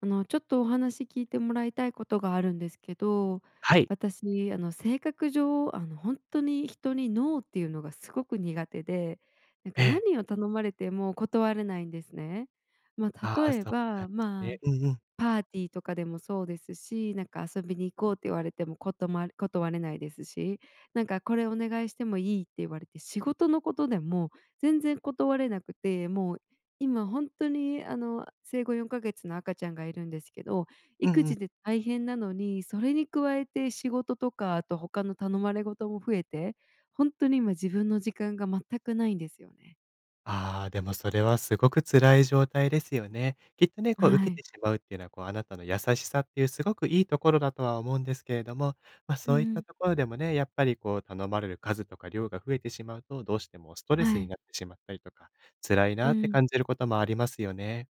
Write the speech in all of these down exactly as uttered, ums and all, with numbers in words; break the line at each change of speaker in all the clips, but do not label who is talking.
あの、ちょっとお話聞いてもらいたいことがあるんですけど、
はい。
私、あの、性格上、あの、本当に人にノーっていうのがすごく苦手で、なん
え
か
え。
何を頼まれても断れないんですね。ま
あ
あ、
あ、
例え
そうなん
ば、
です
ま
ね。
あ
うんうん。
パーティーとかでもそうですし、なんか遊びに行こうって言われても断とま断れないですし、なんかこれお願いしてもいいって言われて、仕事のことでも全然断れなくて、もう今本当にあの、生後よんかげつの赤ちゃんがいるんですけど、
うん
育
うん。
児で大変なのに、それに加えて仕事とか、あと他の頼まれ事も増えて、本当に今自分の時間が全くないんですよね。
ああ、でもそれはすごく辛い状態ですよね。きっとね、こう
は
受け
い。
てしまうっていうのは、こうあなたの優しさっていうすごくいいところだとは思うんですけれども、ま、
うん
そ
う
ういった
ん。
ところでもね、やっぱりこう頼まれる数とか量が増えてしまうと、どうしてもストレス
は
に
い。
なってしまったりとか、辛い
う
なって
ん。
感じることもありますよね。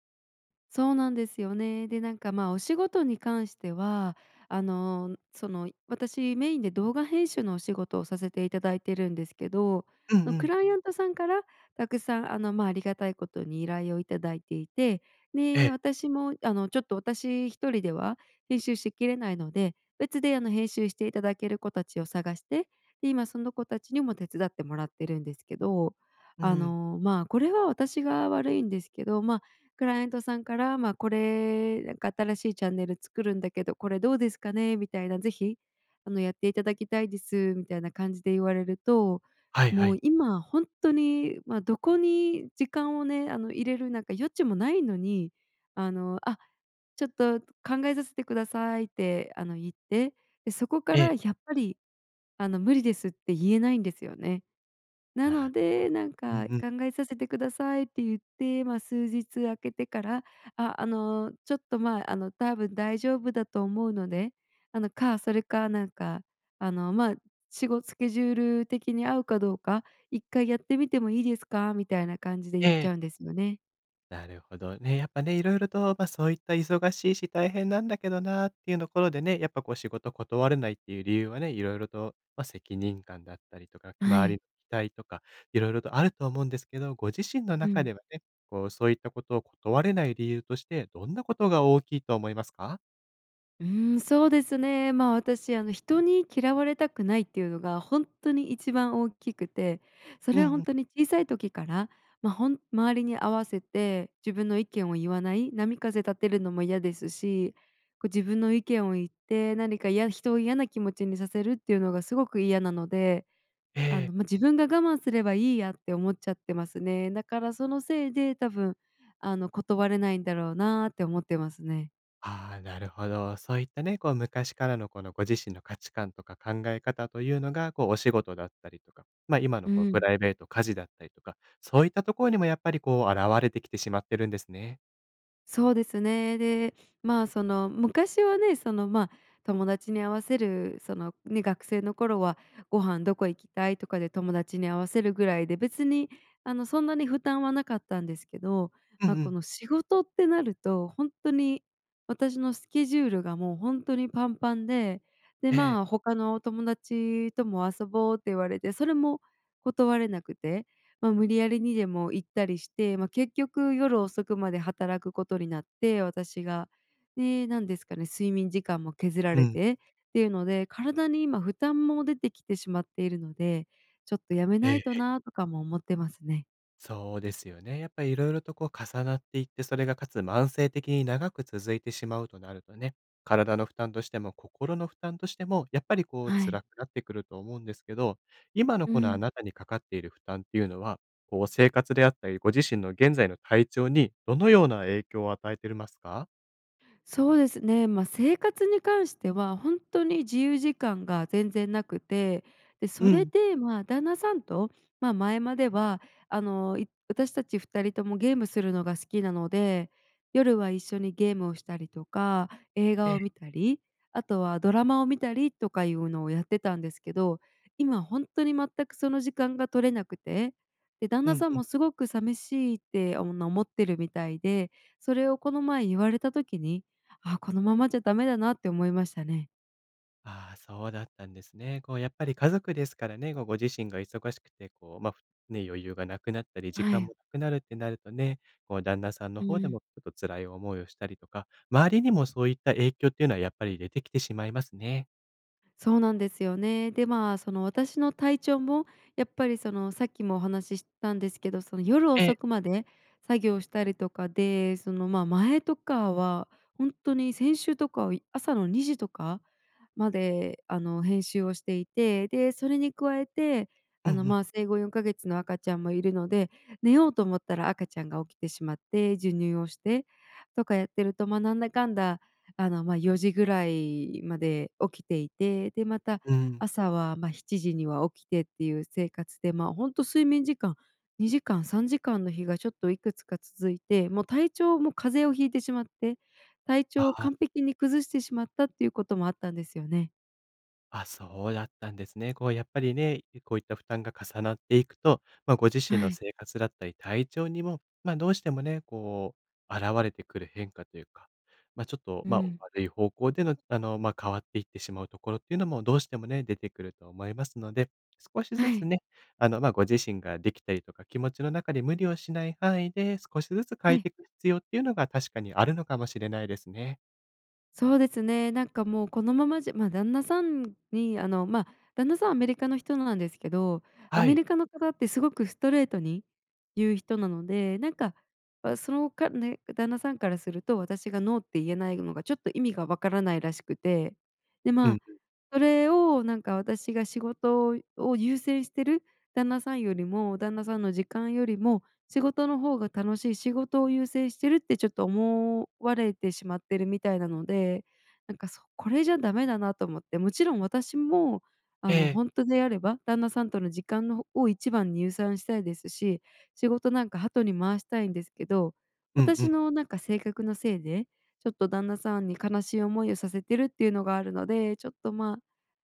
そうなんですよね。で、なんか、まあ、お仕事に関しては、あの、その、私メインで動画編集のお仕事をさせていただいてるんですけど、
うんう
のク
ん。
ライアントさんからたくさん、あの、まあ、ありがたいことに依頼をいただいていて、
え
で、
え。
私も、あの、ちょっと私一人では編集しきれないので、別で、あの、編集していただける子たちを探して、で、今その子たちにも手伝ってもらってるんですけど、
う
あ
ん。
の、まあ、これは私が悪いんですけど、まあクライアントさんから、まあ、これ、なんか新しいチャンネル作るんだけど、これどうですかねみたいな、ぜひ、あの、やっていただきたいです、みたいな感じで言われると、
はいは
も
い。
う今本当に、まあ、どこに時間をね、あの、入れるなんか余地もないのに、あの、「あ、ちょっと考えさせてください」って、あの、言って、で、そこか
え
ら
え。
やっぱり、あの、「無理です」って言えないんですよね。な
な
の
るほ
で、
ど。
なん
う
か
んうん。
「考えさせてください」って言って、まあ、数日空けてから、「あ、あの、ちょっと、まあ、あの、多分大丈夫だと思うので、あの、か、それか、なんか、あの、まあ、仕事スケジュール的に合うかどうか、いっかいやってみてもいいですか？」みたいな感じで
え
言っち
え。
ゃうんですよね。
なるほど。ね、やっぱね、いろいろと、ま、そういった忙しいし大変なんだけどなっていうところでね、やっぱこう仕事断れないっていう理由はね、いろいろと、まあ、責任感だったりとか、
は
周りの
い。
期待とか、いろいろとあると思うんですけど、ご自身の
う
中
ん。
ではね、こう、そういったことを断れない理由として、どんなことが大きいと思いますか？
うーん、そうですね。まあ、私、あの、人に嫌われたくないっていうのが本当に一番大きくて、そ
うん
れは
う
本
ん。
当に小さい時から、まあ、ほん周りに合わせて自分の意見を言わない、波風立てるのも嫌ですし、こう自分の意見を言って、何かいや人を嫌な気持ちにさせるっていうのがすごく嫌なので、あ
え
の、
え。
まあ、自分が我慢すればいいやって思っちゃってますね。だからそのせいで多分、あの、断れないんだろうなーって思ってますね。
ああ、なるほど。そういったね、こう昔からのこのご自身の価値観とか考え方というのが、こうお仕事だったりとか、ま、今の
う
こうプ
ん。
ライベート、家事だったりとか、そういったところにもやっぱりこう現れてきてしまってるんですね。
そうですね。で、まあ、その、昔はね、その、まあ、友達に合わせる、その、ね、学生の頃はご飯どこ行きたいとかで友達に合わせるぐらいで、別に、あの、そんなに負担はなかったんですけど、
うん
まあ、
う
こ
ん。
の仕事ってなると、本当に私のスケジュールがもう本当にパンパンで、で、
ええ。
まあ、他の友達とも遊ぼうって言われて、それも断れなくて、まあ、無理やりにでも行ったりして、まあ、結局夜遅くまで働くことになって、私が。で、何ですかね、睡眠時間も削ら
う
れ
ん。
てっていうので、体に今負担も出てきてしまっているので、ちょっとやめ
え
ないと
え。
なとかも思ってますね。
そうですよね。やっぱりいろいろとこう重なっていって、それがかつ慢性的に長く続いてしまうとなるとね、体の負担としても心の負担としても、やっぱりこう
はい。
辛くなってくると思うんですけど、今の
う
このあ
ん。
なたにかかっている負担っていうのは、こう生活であったり、ご自身の現在の体調にどのような影響を与えてるますか？
そうですね、まあ、生活に関しては本当に自由時間が全然なくて、で、
う
それ
ん。
で、ま、旦那さんと、まあ、前までは、あの、い私たちふたりともゲームするのが好きなので、夜は一緒にゲームをしたりとか、映
え
画を見
え。
たり、あとはドラマを見たりとかいうのをやってたんですけど、今本当に全くその時間が取れなくて、で、旦
う
那
ん
さん
うん。
もすごく寂しいって、あの、思ってるみたいで、それをこの前言われた時にあ、このままじゃダメだなって思いましたね。
ああ、そうだったんですね。こうやっぱり家族ですからね、ごご自身が忙しくて、こう、まあ、ふね、余裕がなくなったり、時
は
間も
い。
なくなるってなるとね、こう旦那さんの
う
方で
ん。
もちょっと辛い思いをしたりとか、周りにもそういった影響っていうのはやっぱり出てきてしまいますね。
そうなんですよね。で、まあ、その私の体調もやっぱりそのさっきもお話ししたんですけど、その夜
ええ。
遅くまで作業したりとかで、その、ま、前とかは本当に先週とかは朝のにじとかまで、あの、編集をしていて、で、それに加えて、
うん
あ
う
の、
ん。
まあ、生後よんかげつの赤ちゃんもいるので、寝ようと思ったら赤ちゃんが起きてしまって、授乳をしてとかやってると、まあ、なんだかんだ、あの、まあ、よじぐらいまで起きていて、で、また
うん。
朝は、ま、しちじには起きてっていう生活で、まあ、ほんと睡眠時間にじかん、さんじかんの日がちょっといくつか続いて、もう体調も風邪をひいてしまって体
あ
調を
あ。
完璧に崩してしまったっていうこともあったんですよね。
あ、そうだったんですね。こうやっぱりね、こういった負担が重なっていくと、まあ、ご自身
は
の
い。
生活だったり体調にも、まあ、どうしてもね、こう現れてくる変化というか、まあ、ちょっと、
う
まあ、
ん。
悪い方向での、あの、まあ、変わっていってしまうところっていうのもどうしてもね、出てくると思いますので、少しず
は
つ
い。
ね、あの、まあ、ご自身ができたりとか、気持ちの中で無理をしない範囲で少しずつ変
は
えて
い。
いく必要っていうのが確かにあるのかもしれないですね。
そうですね。なんかもうこのままじゃま、旦那さんにあの、ま、あ旦那さんアメリカの人なんですけど、ア
は
メ
い。
リカの方ってすごくストレートに言う人なので、なんか、あ、そのかね、旦那さんからすると私がノーって言えないのがちょっと意味がわからないらしくて、で、
う
ま、
ん。
あそれをなんか私が仕事を優先してる旦那さんよりも、旦那さんの時間よりも仕事の方が楽しい、仕事を優先してるってちょっと思われてしまってるみたいなので、なんかそこれじゃダメだなと思って、もちろん私も
え
あの
え。
本当であれば、旦那さんとの時間のを一番に優先したいですし、仕事なんか後に回したいんですけど、
うんう
私
ん。
のなんか性格のせいで、ちょっと旦那さんに悲しい思いをさせてるっていうのがあるので、ちょっとまあ、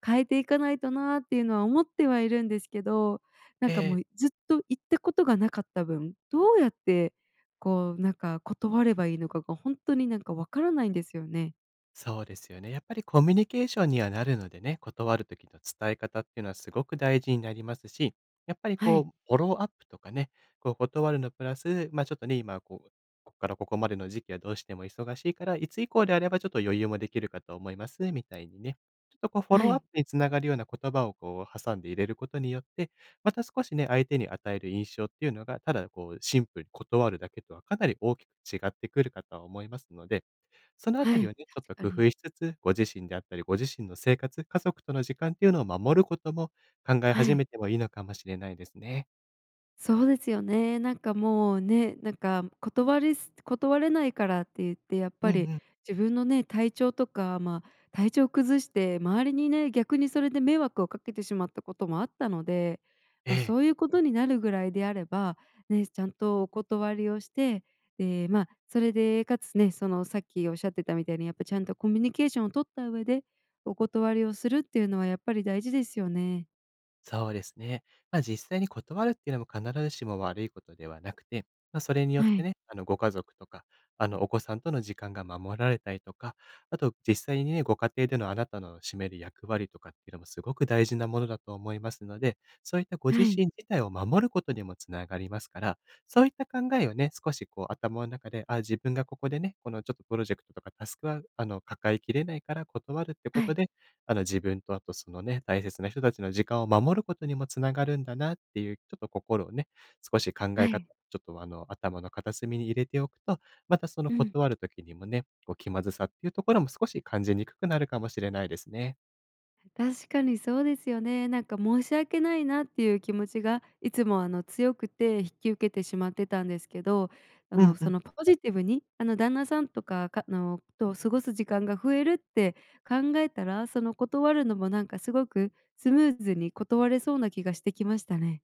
変えていかないとなっていうのは思ってはいるんですけど、なんかも
ええ、
うずっと行ったことがなかった分、どうやってこうなんか断ればいいのかが本当になんかわからないんですよね。
そうですよね。やっぱりコミュニケーションにはなるのでね、断る時の伝え方っていうのはすごく大事になりますし、やっぱり
はい、
こう、フォローアップとかね、こう断るのプラス、まあちょっとね、今こう、ここからここまでの時期はどうしても忙しいから、いつ以降であればちょっと余裕もできるかと思います、みたいにね。ちょっとこう、フォ
は
ローアッ
い、
プにつながるような言葉をこう、挟んで入れることによって、また少しね、相手に与える印象っていうのが、ただこう、シンプルに断るだけとはかなり大きく違ってくるかとは思いますので、そのあ
は
たりを
い、
ね、ちょっと
確か
工
に。
夫しつつ、ご自身であったり、ご自身の生活、家族との時間っていうのを守ることも考え
は
始
い。
めてもいいのかもしれないですね。
そうですよね。なんかもうね、なんか断りす断れないからって言って、やっ
うん
ぱり
うん。
自分のね、体調とか、まあ、体調崩して周りにね、逆にそれで迷惑をかけてしまったこともあったので、
え
まあ、
え。
そういうことになるぐらいであれば、ね、ちゃんとお断りをして、で、まあ、それでかつね、そのさっきおっしゃってたみたいに、やっぱちゃんとコミュニケーションを取った上で、お断りをするっていうのはやっぱり大事ですよね。
そうですね。まあ、実際に断るっていうのも必ずしも悪いことではなくて、まあ、それによっ
は
て
い、
ね、あの、ご家族とか、あの、お子さんとの時間が守られたりとか、あと、実際にね、ご家庭でのあなたの占める役割とかっていうのもすごく大事なものだと思いますので、そういったご自
はい、
身自体を守ることにもつながりますから、そういった考えをね、少しこう、頭の中で、あ、自分がここでね、このちょっとプロジェクトとかタスクは、あの、抱えきれないから断るってこ
は
と
い、
で、あの、自分とあとそのね、大切な人たちの時間を守ることにもつながるんだなっていう、ちょっと心をね、少し考え
は
方、
い。
ちょっとあの、頭の片隅に入れておくと、またその
うん。
断る時にもね、こう気まずさっていうところも少し感じにくくなるかもしれないですね。
確かにそうですよね。なんか申し訳ないなっていう気持ちがいつもあの強くて引き受けてしまってたんですけど、あ
う
の
んう
そ
ん。
のポジティブにあの旦那さんとかかあのと過ごす時間が増えるって考えたら、その断るのもなんかすごくスムーズに断れそうな気がしてきましたね。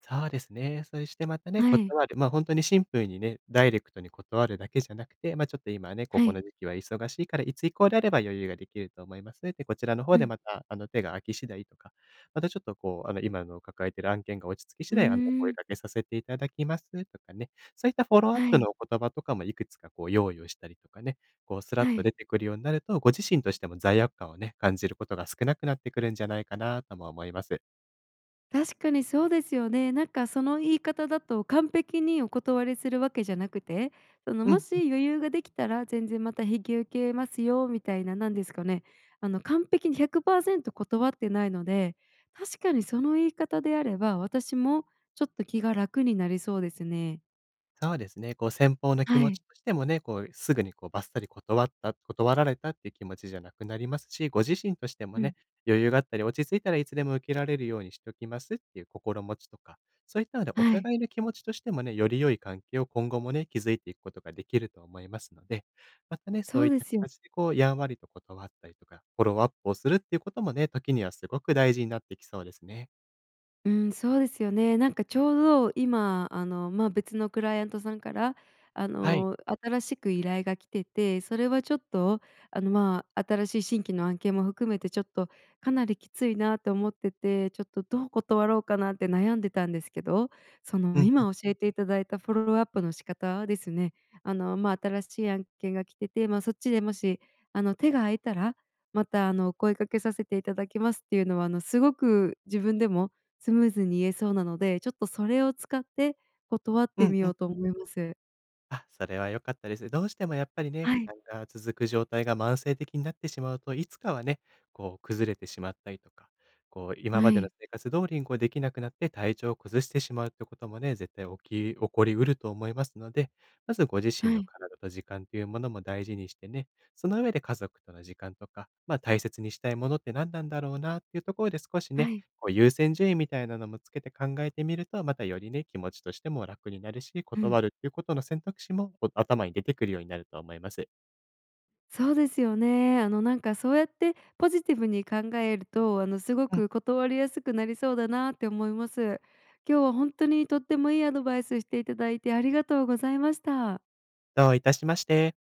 そうですね。そしてまたね、
はい、
断る、ま、あ本当にシンプルにね、ダイレクトに断るだけじゃなくて、ま、ちょっと今ね、こ
は
こ
い、
の時期は忙しいから、いつ以降であれば余裕ができると思いますっで、こちらの方
う
で
ん、
また、あの、手が空き次第とか、またちょっとこう、あの、今の抱えてる案件が落ち着き次
う
第、あの、お声
ーん、
掛けさせていただきますとかね、そういったフォローアッ
は
プ
い、
のお言葉とかもいくつかこう用意をしたりとかね、こうスラッ
は
と
い。
出てくるようになると、ご自身としても罪悪感をね、感じることが少なくなってくるんじゃないかなとも思います。
確かにそうですよね。なんかその言い方だと完璧にお断りするわけじゃなくて、その
う
も
ん。
し余裕ができたら全然また引き受けますよみたいな、なんですかね、あの完璧にひゃくパーセント断ってないので、確かにその言い方であれば、私もちょっと気が楽になりそうですね。
そうですね、こう先方の気
は
持ち
い。
としてもね、こうすぐにこうバッサリ断った断られたっていう気持ちじゃなくなりますし、ご自身としても
うん。
ね、余裕があったり、落ち着いたらいつでも受けられるようにしておきますっていう心持ちとか、そういったのでお
はい。
互いの気持ちとしてもね、より良い関係を今後もね、築いていくことができると思いますので、またね、そ
そ
う
う
いっ
で
た
すよね
形でこう、やんわりと断ったりとか、フォローアップをするっていうこともね、時にはすごく大事になってきそうですね。
うん、そうですよね。なんかちょうど今、あの、まあ、別のクライアントさんから、あ
はい。
の、新しく依頼が来てて、それはちょっと、あの、まあ、新しい新規の案件も含めてちょっとかなりきついなと思ってて、ちょっとどう断ろうかなって悩んでたんですけど、そ
うん
の、
うん。
今教えていただいたフォローアップの仕方ですね。あの、まあ、新しい案件が来てて、まあ、そっちでもし、あの、手が空いたら、また、あの、お声かけさせていただきますっていうのは、あの、すごく自分でもスムーズに言えそうなので、ちょっとそれを使って断っ
う
て
ん
み
う
よ
ん。
うと思います。
あ、それは良かったです。どうしてもやっぱりね、
は
負
い、
担が続く状態が慢性的になってしまうといつかはね、こう崩れてしまったりとか、こう今
は
までの
い、
生活通りにこうできなくなって体調を崩してしまうってこともね、絶対起き起こりうると思いますので、まずご自
は
身の
い、
体と時間というものも大事にしてね、その上で家族との時間とか、まあ大切にしたいものって何なんだろうなっていうところで少し
は
ね、
い。
こう優先順位みたいなのもつけて考えてみると、またよりね、気持ちとしても楽になるし、
うん。
断るっていうことの選択肢も、こう頭に出てくるようになると思います。
そうですよね。あの、なんか、そうやってポジティブに考えると、あの、すご
うん、
く断りやすくなりそうだなって思います。今日は本当にとってもいいアドバイスしていただいてありがとうございました。
どういたしまして。